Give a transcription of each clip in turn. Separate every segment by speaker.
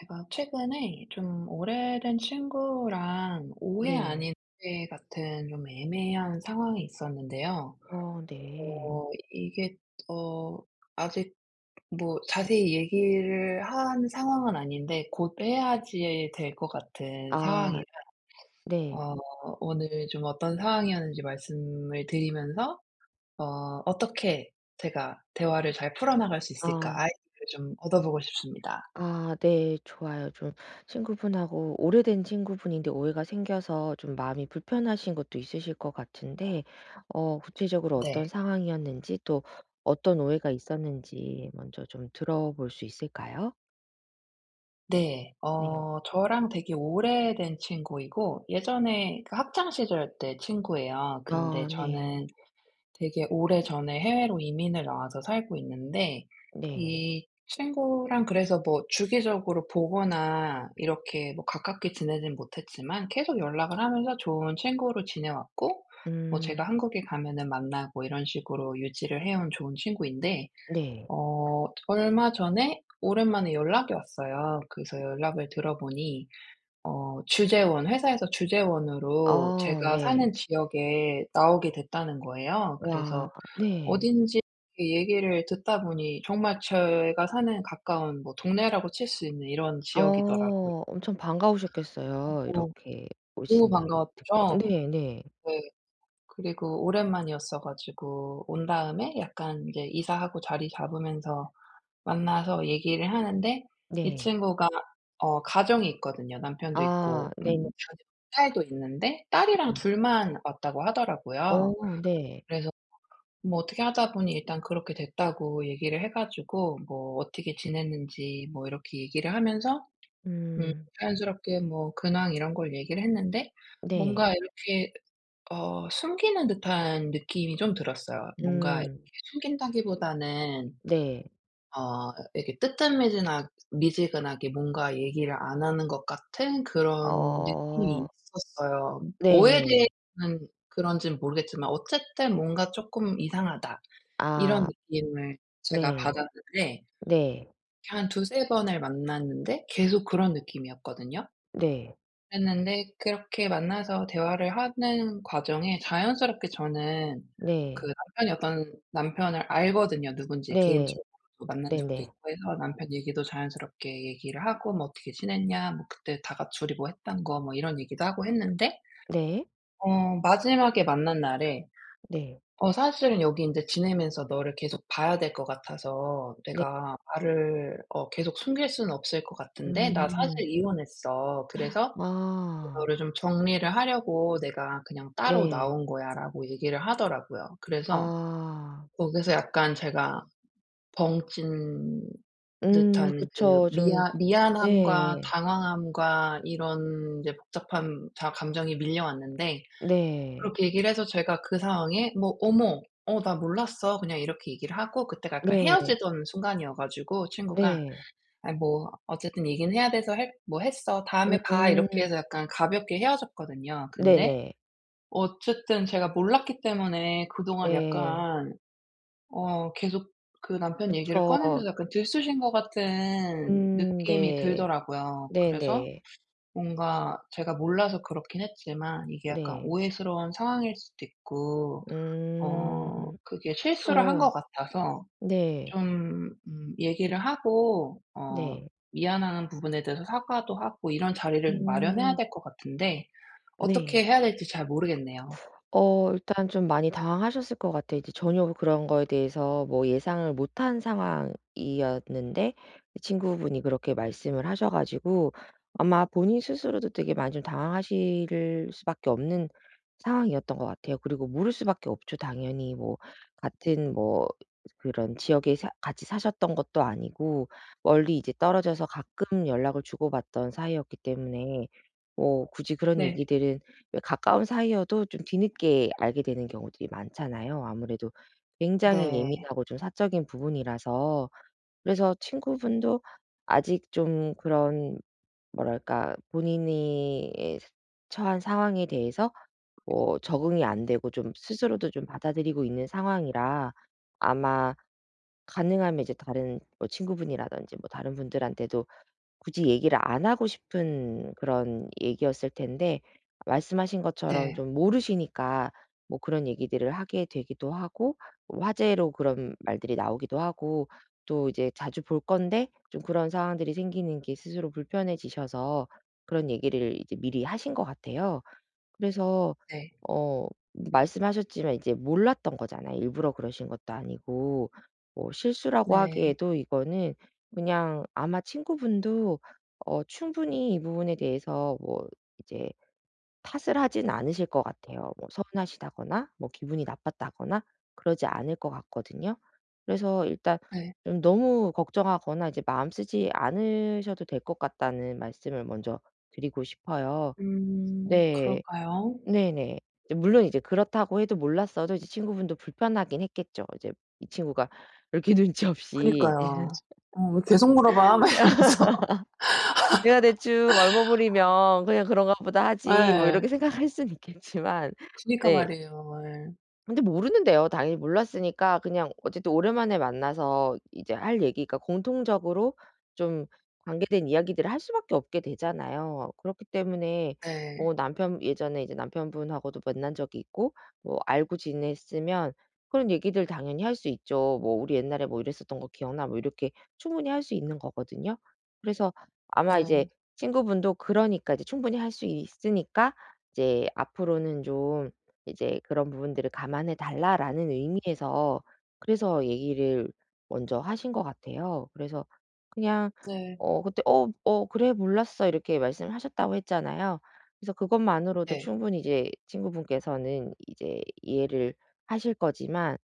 Speaker 1: 제가 최근에 좀 오래된 친구랑 오해
Speaker 2: 네.
Speaker 1: 아닌 오해 같은 좀 애매한 상황이 있었는데요.
Speaker 2: 어 네.
Speaker 1: 이게, 어 아직 뭐 자세히 얘기를 한 상황은 아닌데 곧 해야지 될 것 같은
Speaker 2: 아
Speaker 1: 상황이라,
Speaker 2: 네.
Speaker 1: 어 오늘 좀 어떤 상황이었는지 말씀을 드리면서, 어 어떻게 제가 대화를 잘 풀어나갈 수 있을까
Speaker 2: 아.
Speaker 1: 아이디어를 좀 얻어보고 싶습니다.
Speaker 2: 아 네. 좋아요. 좀 친구분하고 오래된 친구분인데 오해가 생겨서 좀 마음이 불편하신 것도 있으실 것 같은데 구체적으로
Speaker 1: 네.
Speaker 2: 어떤 상황이었는지 또 어떤 오해가 있었는지 먼저 좀 들어볼 수 있을까요?
Speaker 1: 네.
Speaker 2: 네.
Speaker 1: 저랑 되게 오래된 친구이고 예전에 그 학창 시절 때 친구예요. 근데
Speaker 2: 아 네.
Speaker 1: 저는 되게 오래전에 해외로 이민을 나와서 살고 있는데,
Speaker 2: 네.
Speaker 1: 이 친구랑 그래서 뭐 주기적으로 보거나 이렇게 뭐 가깝게 지내진 못했지만 계속 연락을 하면서 좋은 친구로 지내왔고, 뭐 제가
Speaker 2: 음.
Speaker 1: 한국에 가면은 만나고 이런 식으로 유지를 해온 좋은 친구인데,
Speaker 2: 네.
Speaker 1: 얼마 전에 오랜만에 연락이 왔어요. 그래서 연락을 들어보니, 주재원, 회사에서 주재원으로
Speaker 2: 아
Speaker 1: 제가 사는
Speaker 2: 네.
Speaker 1: 지역에 나오게 됐다는 거예요.
Speaker 2: 와.
Speaker 1: 그래서
Speaker 2: 네.
Speaker 1: 어딘지 이렇게 얘기를 듣다 보니 정말 제가 사는 가까운 뭐 동네라고 칠 수 있는 이런 지역이더라고요.
Speaker 2: 어 엄청 반가우셨겠어요.
Speaker 1: 어
Speaker 2: 이렇게
Speaker 1: 너무
Speaker 2: 오신다는 얘기 듣고.
Speaker 1: 반가웠죠.
Speaker 2: 네네.
Speaker 1: 네. 그리고 오랜만이었어 가지고 온 다음에 약간 이제 이사하고 자리 잡으면서 만나서 얘기를 하는데, 이
Speaker 2: 네.
Speaker 1: 친구가 가정이 있거든요. 남편도
Speaker 2: 아
Speaker 1: 있고
Speaker 2: 네네네.
Speaker 1: 자기 딸도 있는데 딸이랑 둘만 왔다고 하더라고요.
Speaker 2: 어 네.
Speaker 1: 그래서 뭐 어떻게 하다 보니 일단 그렇게 됐다고 얘기를 해 가지고 뭐 어떻게 지냈는지 뭐 이렇게 얘기를 하면서 음
Speaker 2: 음.
Speaker 1: 자연스럽게 뭐 근황 이런 걸 얘기를 했는데,
Speaker 2: 네.
Speaker 1: 뭔가 이렇게 숨기는 듯한 느낌이 좀 들었어요. 뭔가 이렇게
Speaker 2: 음.
Speaker 1: 숨긴다기보다는
Speaker 2: 네.
Speaker 1: 이렇게 뜨뜻미지나 미지근하게 뭔가 얘기를 안 하는 것 같은 그런 느낌이
Speaker 2: 어.
Speaker 1: 있었어요. 뭐에
Speaker 2: 네네.
Speaker 1: 대해서는 그런지는 모르겠지만 어쨌든 뭔가 쪼끔 이상하다, 이런
Speaker 2: 아
Speaker 1: 느낌을 제가
Speaker 2: 네.
Speaker 1: 받았는데,
Speaker 2: 네.
Speaker 1: 한 두세 번을 만났는데 계속 그런 느낌이었거든요.
Speaker 2: 네.
Speaker 1: 그랬는데 그렇게 만나서 대화를 하는 과정에 자연스럽게, 저는 그
Speaker 2: 네.
Speaker 1: 남편이, 어떤 남편을 알거든요, 누군지
Speaker 2: 네.
Speaker 1: 개인적으로 만난 적도
Speaker 2: 네네.
Speaker 1: 있고 해서. 남편 얘기도 자연스럽게 얘기를 하고 뭐 "어떻게 지냈냐?" 뭐 "그때 다 같이 우리 뭐 했던 거." 뭐 이런 얘기도 하고 했는데,
Speaker 2: 네. 네.
Speaker 1: 마지막에 만난 날에,
Speaker 2: 네.
Speaker 1: 사실은 여기 인제 지내면서 너를 계속 봐야 될 것 같아서
Speaker 2: 네.
Speaker 1: 내가 말을 계속 숨길 수는 없을 것 같은데, 나
Speaker 2: 음.
Speaker 1: 사실 이혼했어. 그래서
Speaker 2: 아.
Speaker 1: 이거를 좀 정리를 하려고 내가 그냥 따로
Speaker 2: 네.
Speaker 1: 나온 거야."라고 얘기를 하더라고요. 그래서
Speaker 2: 아.
Speaker 1: 거기서 약간 제가 벙찐 듯한, 그
Speaker 2: 그쵸. 좀
Speaker 1: 미안함과
Speaker 2: 네.
Speaker 1: 당황함과 이런 이제 복잡한 다 감정이 밀려왔는데,
Speaker 2: 네.
Speaker 1: 그렇게 얘기를 해서 제가 그 상황에 뭐 "어머. 나 몰랐어." 그냥 이렇게 얘기를 하고, 그때가 약간
Speaker 2: 네.
Speaker 1: 헤어지던 순간이어 가지고 친구가
Speaker 2: 네.
Speaker 1: "아이, 뭐 어쨌든 얘기는 해야 돼서 했 뭐 했어. 다음에 봐." 이렇게
Speaker 2: 음.
Speaker 1: 해서 약간 가볍게 헤어졌거든요. 근데
Speaker 2: 네네.
Speaker 1: 어쨌든 제가 몰랐기 때문에 그동안
Speaker 2: 예.
Speaker 1: 약간 계속 그 남편 얘기를
Speaker 2: 그쵸.
Speaker 1: 꺼내면서 약간 들쑤신 것 같은 느낌이
Speaker 2: 네.
Speaker 1: 들더라고요. 그래서
Speaker 2: 네네.
Speaker 1: 뭔가 제가 몰라서 그렇긴 했지만 이게 약간
Speaker 2: 네.
Speaker 1: 오해스러운 상황일 수도 있고,
Speaker 2: 음.
Speaker 1: 그게 실수를 한
Speaker 2: 그쵸.
Speaker 1: 것 같아서,
Speaker 2: 네.
Speaker 1: 좀 얘기를 하고,
Speaker 2: 네.
Speaker 1: 미안한 부분에 대해서 사과도 하고 이런 자리를 좀 마련해야
Speaker 2: 음.
Speaker 1: 될 것 같은데 어떻게
Speaker 2: 네.
Speaker 1: 해야 될지 잘 모르겠네요.
Speaker 2: 어 일단 좀 많이 당황하셨을 것 같아요. 이제 전혀 그런 거에 대해서 뭐 예상을 못한 상황이었는데 친구분이 그렇게 말씀을 하셔 가지고 아마 본인 스스로도 되게 많이 좀 당황하실 수밖에 없는 상황이었던 것 같아요. 그리고 모를 수밖에 없죠, 당연히. 뭐 같은 뭐 그런 지역에 사 같이 사셨던 것도 아니고 멀리 이제 떨어져서 가끔 연락을 주고받던 사이였기 때문에 뭐 굳이 그런
Speaker 1: 네.
Speaker 2: 얘기들은, 왜 가까운 사이여도 좀 뒤늦게 알게 되는 경우들이 많잖아요. 아무래도 굉장히
Speaker 1: 네.
Speaker 2: 예민하고 좀 사적인 부분이라서 그래서 친구분도 아직 좀 그런, 뭐랄까 본인이 처한 상황에 대해서 뭐 적응이 안 되고 좀 스스로도 좀 받아들이고 있는 상황이라 아마 가능하면 이제 다른 뭐 친구분이라든지 뭐 다른 분들한테도 굳이 얘기를 안 하고 싶은 그런 얘기였을 텐데 말씀하신 것처럼
Speaker 1: 네.
Speaker 2: 좀 모르시니까 뭐 그런 얘기들을 하게 되기도 하고 뭐 화제로 그런 말들이 나오기도 하고 또 이제 자주 볼 건데 좀 그런 상황들이 생기는 게 스스로 불편해지셔서 그런 얘기를 이제 미리 하신 것 같아요. 그래서
Speaker 1: 네.
Speaker 2: 어 말씀하셨지만 이제 몰랐던 거잖아요. 일부러 그러신 것도 아니고 뭐 실수라고
Speaker 1: 네.
Speaker 2: 하기에도 이거는 그냥 아마 친구분도 충분히 이 부분에 대해서 뭐 이제 탓을 하진 않으실 것 같아요. 뭐 서운하시다거나 뭐 기분이 나빴다거나 그러지 않을 것 같거든요. 그래서 일단
Speaker 1: 네.
Speaker 2: 좀 너무 걱정하거나 이제 마음 쓰지 않으셔도 될 것 같다는 말씀을 먼저 드리고 싶어요. 네.
Speaker 1: 그럴까요?
Speaker 2: 네네. 이제 물론 이제 그렇다고 해도, 몰랐어도 이제 친구분도 불편하긴 했겠죠. 이제 이 친구가 이렇게 눈치 없이
Speaker 1: 그니까요. "어 왜 계속 물어봐?" 막 이러면서.
Speaker 2: '내가 대충 얼버무리면 그냥 그런가 보다 하지.' 뭐
Speaker 1: 예.
Speaker 2: 이렇게 생각할 수는 있겠지만
Speaker 1: 그니까
Speaker 2: 네.
Speaker 1: 말이에요. 예.
Speaker 2: 근데 모르는데요. 당연히 몰랐으니까. 그냥 어쨌든 오랜만에 만나서 이제 할 얘기가 공통적으로 좀 관계된 이야기들을 할 수밖에 없게 되잖아요. 그렇기 때문에
Speaker 1: 네.
Speaker 2: 뭐 남편 예전에 이제 남편분하고도 만난 적이 있고 뭐 알고 지냈으면 그런 얘기들 당연히 할 수 있죠. 뭐 "우리 옛날에 뭐 이랬었던 거 기억나?" 뭐 이렇게 충분히 할 수 있는 거거든요. 그래서 아마 이제
Speaker 1: 네.
Speaker 2: 친구분도, 그러니까 이제 충분히 할 수 있으니까 이제 앞으로는 좀 이제 "그런 부분들을 감안해 달라."라는 의미에서 그래서 얘기를 먼저 하신 것 같아요. 그래서 그냥
Speaker 1: 네.
Speaker 2: 그때 "어 어 그래 몰랐어." 이렇게 말씀하셨다고 했잖아요. 그래서 그것만으로도
Speaker 1: 네.
Speaker 2: 충분히 이제 친구분께서는 이제 이해를 하실 거지만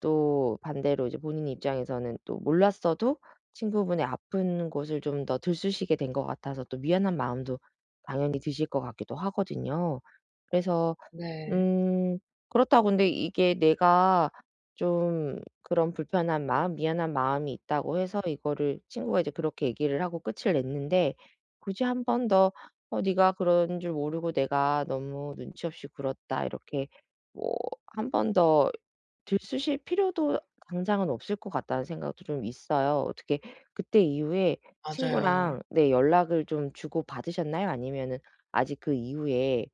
Speaker 2: 또 반대로 이제 본인 입장에서는 또 몰랐어도 친구분의 아픈 곳을 좀 더 들쑤시게 된 것 같아서 또 미안한 마음도 당연히 드실 것 같기도 하거든요. 그래서
Speaker 1: 네.
Speaker 2: 음. 그렇다고 근데 이게 내가 좀 그런 불편한 마음, 미안한 마음이 있다고 해서 이거를, 친구가 이제 그렇게 얘기를 하고 끝을 냈는데 굳이 한 번 더 "어 네가 그런 줄 모르고 내가 너무 눈치 없이 굴었다." 이렇게 뭐한번더 들쑤실 필요도 당장은 없을 것 같다는 생각도 좀 있어요. 어떻게 그때 이후에
Speaker 1: 맞아요.
Speaker 2: 친구랑 네, 연락을 좀 주고받으셨나요? 아니면은 아직 그 이후에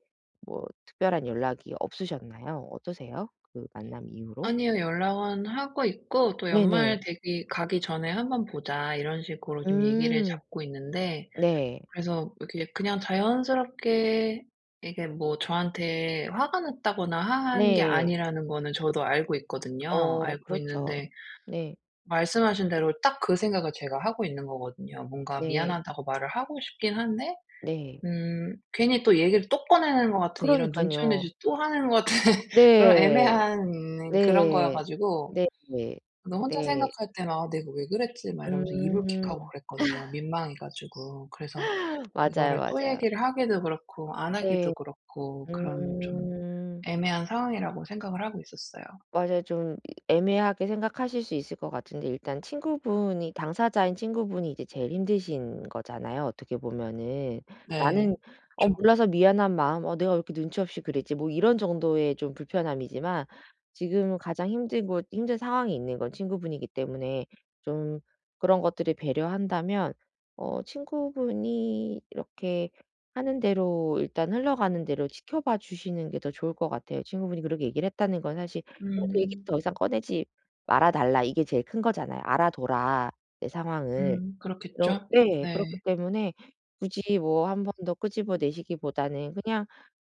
Speaker 2: 뭐 특별한 연락이 없으셨나요? 어떠세요? 그 만남 이후로?
Speaker 1: 아니요. 연락은 하고 있고, 또 "연말
Speaker 2: 네네.
Speaker 1: 되기 가기 전에 한번 보자." 이런 식으로 좀 얘기를
Speaker 2: 음.
Speaker 1: 잡고 있는데,
Speaker 2: 네.
Speaker 1: 그래서 이렇게 그냥 자연스럽게, 이게 뭐 저한테 화가 났다거나 한 게
Speaker 2: 네.
Speaker 1: 아니라는 거는 저도 알고 있거든요.
Speaker 2: 어
Speaker 1: 알고
Speaker 2: 그렇죠.
Speaker 1: 있는데,
Speaker 2: 네.
Speaker 1: 말씀하신 대로 딱 그 생각을 제가 하고 있는 거거든요. 뭔가
Speaker 2: 네.
Speaker 1: 미안하다고 말을 하고 싶긴 한데,
Speaker 2: 네.
Speaker 1: 괜히 또 얘기를 또 꺼내는 것 같은, 이런 눈치 없는
Speaker 2: 그러니깐요.
Speaker 1: 짓 또 하는 것 같은 그런
Speaker 2: 네.
Speaker 1: 애매한 그런 거여
Speaker 2: 네.
Speaker 1: 가지고,
Speaker 2: 네. 네.
Speaker 1: 저는 혼자
Speaker 2: 네.
Speaker 1: 생각할 때 막 '아, 내가 왜 그랬지?' 막 이러면서
Speaker 2: 음.
Speaker 1: 이불킥하고 그랬거든요, 민망해 가지고. 그래서
Speaker 2: 맞아요,
Speaker 1: 이거를 또
Speaker 2: 맞아요.
Speaker 1: 얘기를 하기도 그렇고 안
Speaker 2: 네.
Speaker 1: 하기도 그렇고 그런 좀
Speaker 2: 음.
Speaker 1: 애매한 상황이라고 생각을 하고 있었어요.
Speaker 2: 맞아요. 좀 애매하게 생각하실 수 있을 것 같은데 일단 친구분이, 당사자인 친구분이 이제 제일 힘드신 거잖아요, 어떻게 보면은. 나는
Speaker 1: 네.
Speaker 2: 어
Speaker 1: 그쵸.
Speaker 2: 몰라서 미안한 마음, '어 내가 왜 이렇게 눈치 없이 그랬지.' 뭐 이런 정도의 좀 불편함이지만 지금 가장 힘들고 힘든 상황이 있는 건 친구분이기 때문에 좀 그런 것들을 배려한다면 친구분이 이렇게 하는 대로, 일단 흘러가는 대로 지켜봐 주시는 게 더 좋을 것 같아요. 친구분이 그렇게 얘기를 했다는 건 사실 어 "얘기
Speaker 1: 음.
Speaker 2: 더 이상 꺼내지 말아 달라." 이게 제일 큰 거잖아요. "알아둬라 내 상황을."
Speaker 1: 음.
Speaker 2: 이런.
Speaker 1: 그렇겠죠?
Speaker 2: 네.
Speaker 1: 네.
Speaker 2: 그렇기 때문에 굳이 뭐 한 번 더 끄집어내시기보다는 그냥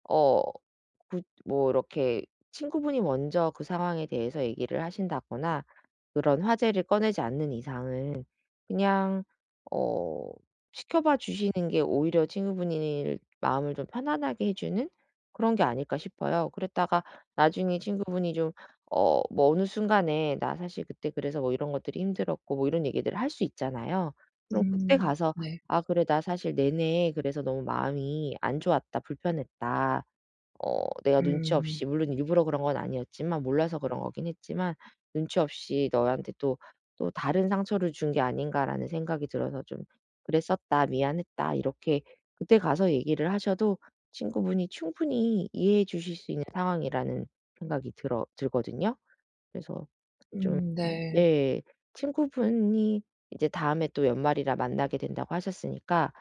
Speaker 2: 어 구 뭐 이렇게 친구분이 먼저 그 상황에 대해서 얘기를 하신다거나 그런 화제를 꺼내지 않는 이상은 그냥 어 시켜봐 주시는 게 오히려 친구분이 마음을 좀 편안하게 해 주는 그런 게 아닐까 싶어요. 그랬다가 나중에 친구분이 좀 뭐 어느 순간에 "나 사실 그때 그래서 뭐 이런 것들이 힘들었고." 뭐 이런 얘기들을 할 수 있잖아요. 그럼 그때
Speaker 1: 음.
Speaker 2: 가서
Speaker 1: 네.
Speaker 2: "아 그래 나 사실 내내 그래서 너무 마음이 안 좋았다. 불편했다. 어 내가 눈치
Speaker 1: 음.
Speaker 2: 없이 물론 일부러 그런 건 아니었지만 몰라서 그런 거긴 했지만 '눈치 없이 너한테 또, 또 다른 상처를 준 게 아닌가.'라는 생각이 들어서 좀 그랬었다. 미안했다." 이렇게 그때 가서 얘기를 하셔도 친구분이 충분히 이해해 주실 수 있는 상황이라는 생각이 들어 들거든요. 그래서 좀
Speaker 1: 음, 네.
Speaker 2: 네, 친구분이 이제 다음에 또 연말이라 만나게 된다고 하셨으니까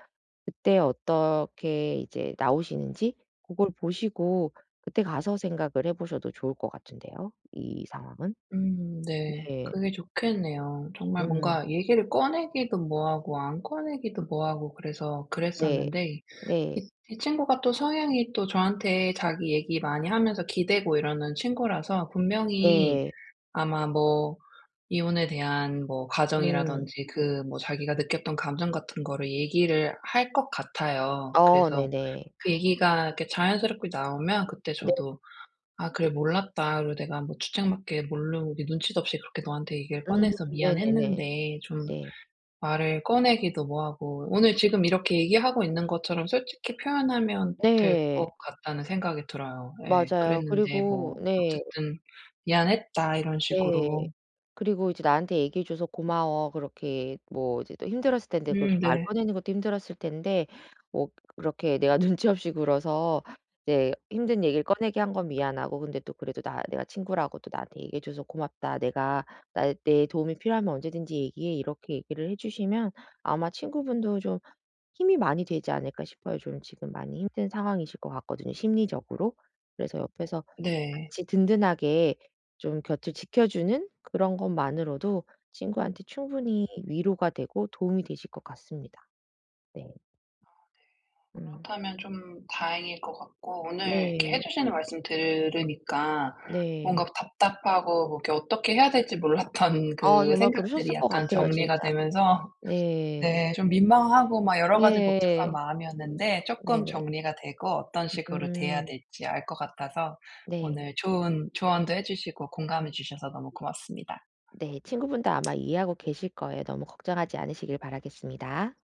Speaker 2: 그때 어떻게 이제 나오시는지 그걸 보시고 그때 가서 생각을 해 보셔도 좋을 것 같은데요, 이 상황은.
Speaker 1: 음, 네.
Speaker 2: 네.
Speaker 1: 그게 좋겠네요. 정말
Speaker 2: 음.
Speaker 1: 뭔가 얘기를 꺼내기도 뭐하고 안 꺼내기도 뭐하고 그래서
Speaker 2: 네.
Speaker 1: 그랬었는데,
Speaker 2: 네.
Speaker 1: 이 친구가 또 성향이 또 저한테 자기 얘기 많이 하면서 기대고 이러는 친구라서, 분명히
Speaker 2: 네.
Speaker 1: 아마 뭐 이혼에 대한 뭐
Speaker 2: 음.
Speaker 1: 과정이라든지 그 뭐 자기가 느꼈던 감정 같은 거를 얘기를 할 것 같아요.
Speaker 2: 어
Speaker 1: 그래서
Speaker 2: 네네.
Speaker 1: 그 얘기가 이렇게 자연스럽게 나오면 그때
Speaker 2: 네.
Speaker 1: 저도 '아, 그래 몰랐다. 그리고 내가 뭐 주책맞게 모르고 이렇게 눈치도 없이 그렇게 너한테 얘기를
Speaker 2: 음.
Speaker 1: 꺼내서
Speaker 2: 네네네.
Speaker 1: 미안했는데, 좀
Speaker 2: 네.
Speaker 1: 말을 꺼내기도 뭐하고, 오늘 지금 이렇게 얘기하고 있는 것처럼 솔직히 표현하면 될
Speaker 2: 네.
Speaker 1: 것 같다.'는 생각이 들어요. 예.
Speaker 2: 맞아요.
Speaker 1: 그랬는데
Speaker 2: 그리고
Speaker 1: 뭐
Speaker 2: 네.
Speaker 1: 어쨌든 "미안했다." 이런 식으로.
Speaker 2: 네. 그리고 이제 "나한테 얘기해 줘서 고마워." 그렇게 뭐 이제 또 힘들었을 텐데, 그
Speaker 1: 음.
Speaker 2: 말
Speaker 1: 네.
Speaker 2: 꺼내는 것도 힘들었을 텐데 뭐 그렇게 내가 눈치 없이 굴어서 이제 힘든 얘기를 꺼내게 한 건 미안하고, 근데 또 그래도 나 "내가 친구라고 또 나한테 얘기해 줘서 고맙다. 내가 나 내 도움이 필요하면 언제든지 얘기해." 이렇게 얘기를 해 주시면 아마 친구분도 좀 힘이 많이 되지 않을까 싶어요. 좀 지금 많이 힘든 상황이실 것 같거든요 심리적으로. 그래서 옆에서
Speaker 1: 네.
Speaker 2: 같이 든든하게 좀 곁을 지켜주는 그런 것만으로도 친구한테 충분히 위로가 되고 도움이 되실 것 같습니다. 네. 음.
Speaker 1: 그렇다면 좀 다행일 것 같고, 오늘 이렇게 해
Speaker 2: 네.
Speaker 1: 주시는 말씀 들으니까 뭔가
Speaker 2: 네.
Speaker 1: 답답하고 뭐 이렇게 어떻게 해야 될지 몰랐던
Speaker 2: 아
Speaker 1: 그
Speaker 2: 정말
Speaker 1: 생각들이
Speaker 2: 그러셨을 것
Speaker 1: 약간
Speaker 2: 같아요
Speaker 1: 정리가
Speaker 2: 진짜.
Speaker 1: 되면서,
Speaker 2: 네.
Speaker 1: 네, 좀 민망하고 막 여러 가지 복잡한
Speaker 2: 네.
Speaker 1: 마음이었는데 쪼끔
Speaker 2: 네네.
Speaker 1: 정리가 되고 어떤 식으로 대해야
Speaker 2: 음.
Speaker 1: 될지 알 것 같아서,
Speaker 2: 네.
Speaker 1: 오늘 좋은 조언도 해 주시고 공감해 주셔서 너무 고맙습니다.
Speaker 2: 네. 친구분도 아마 이해하고 계실 거예요. 너무 걱정하지 않으시길 바라겠습니다.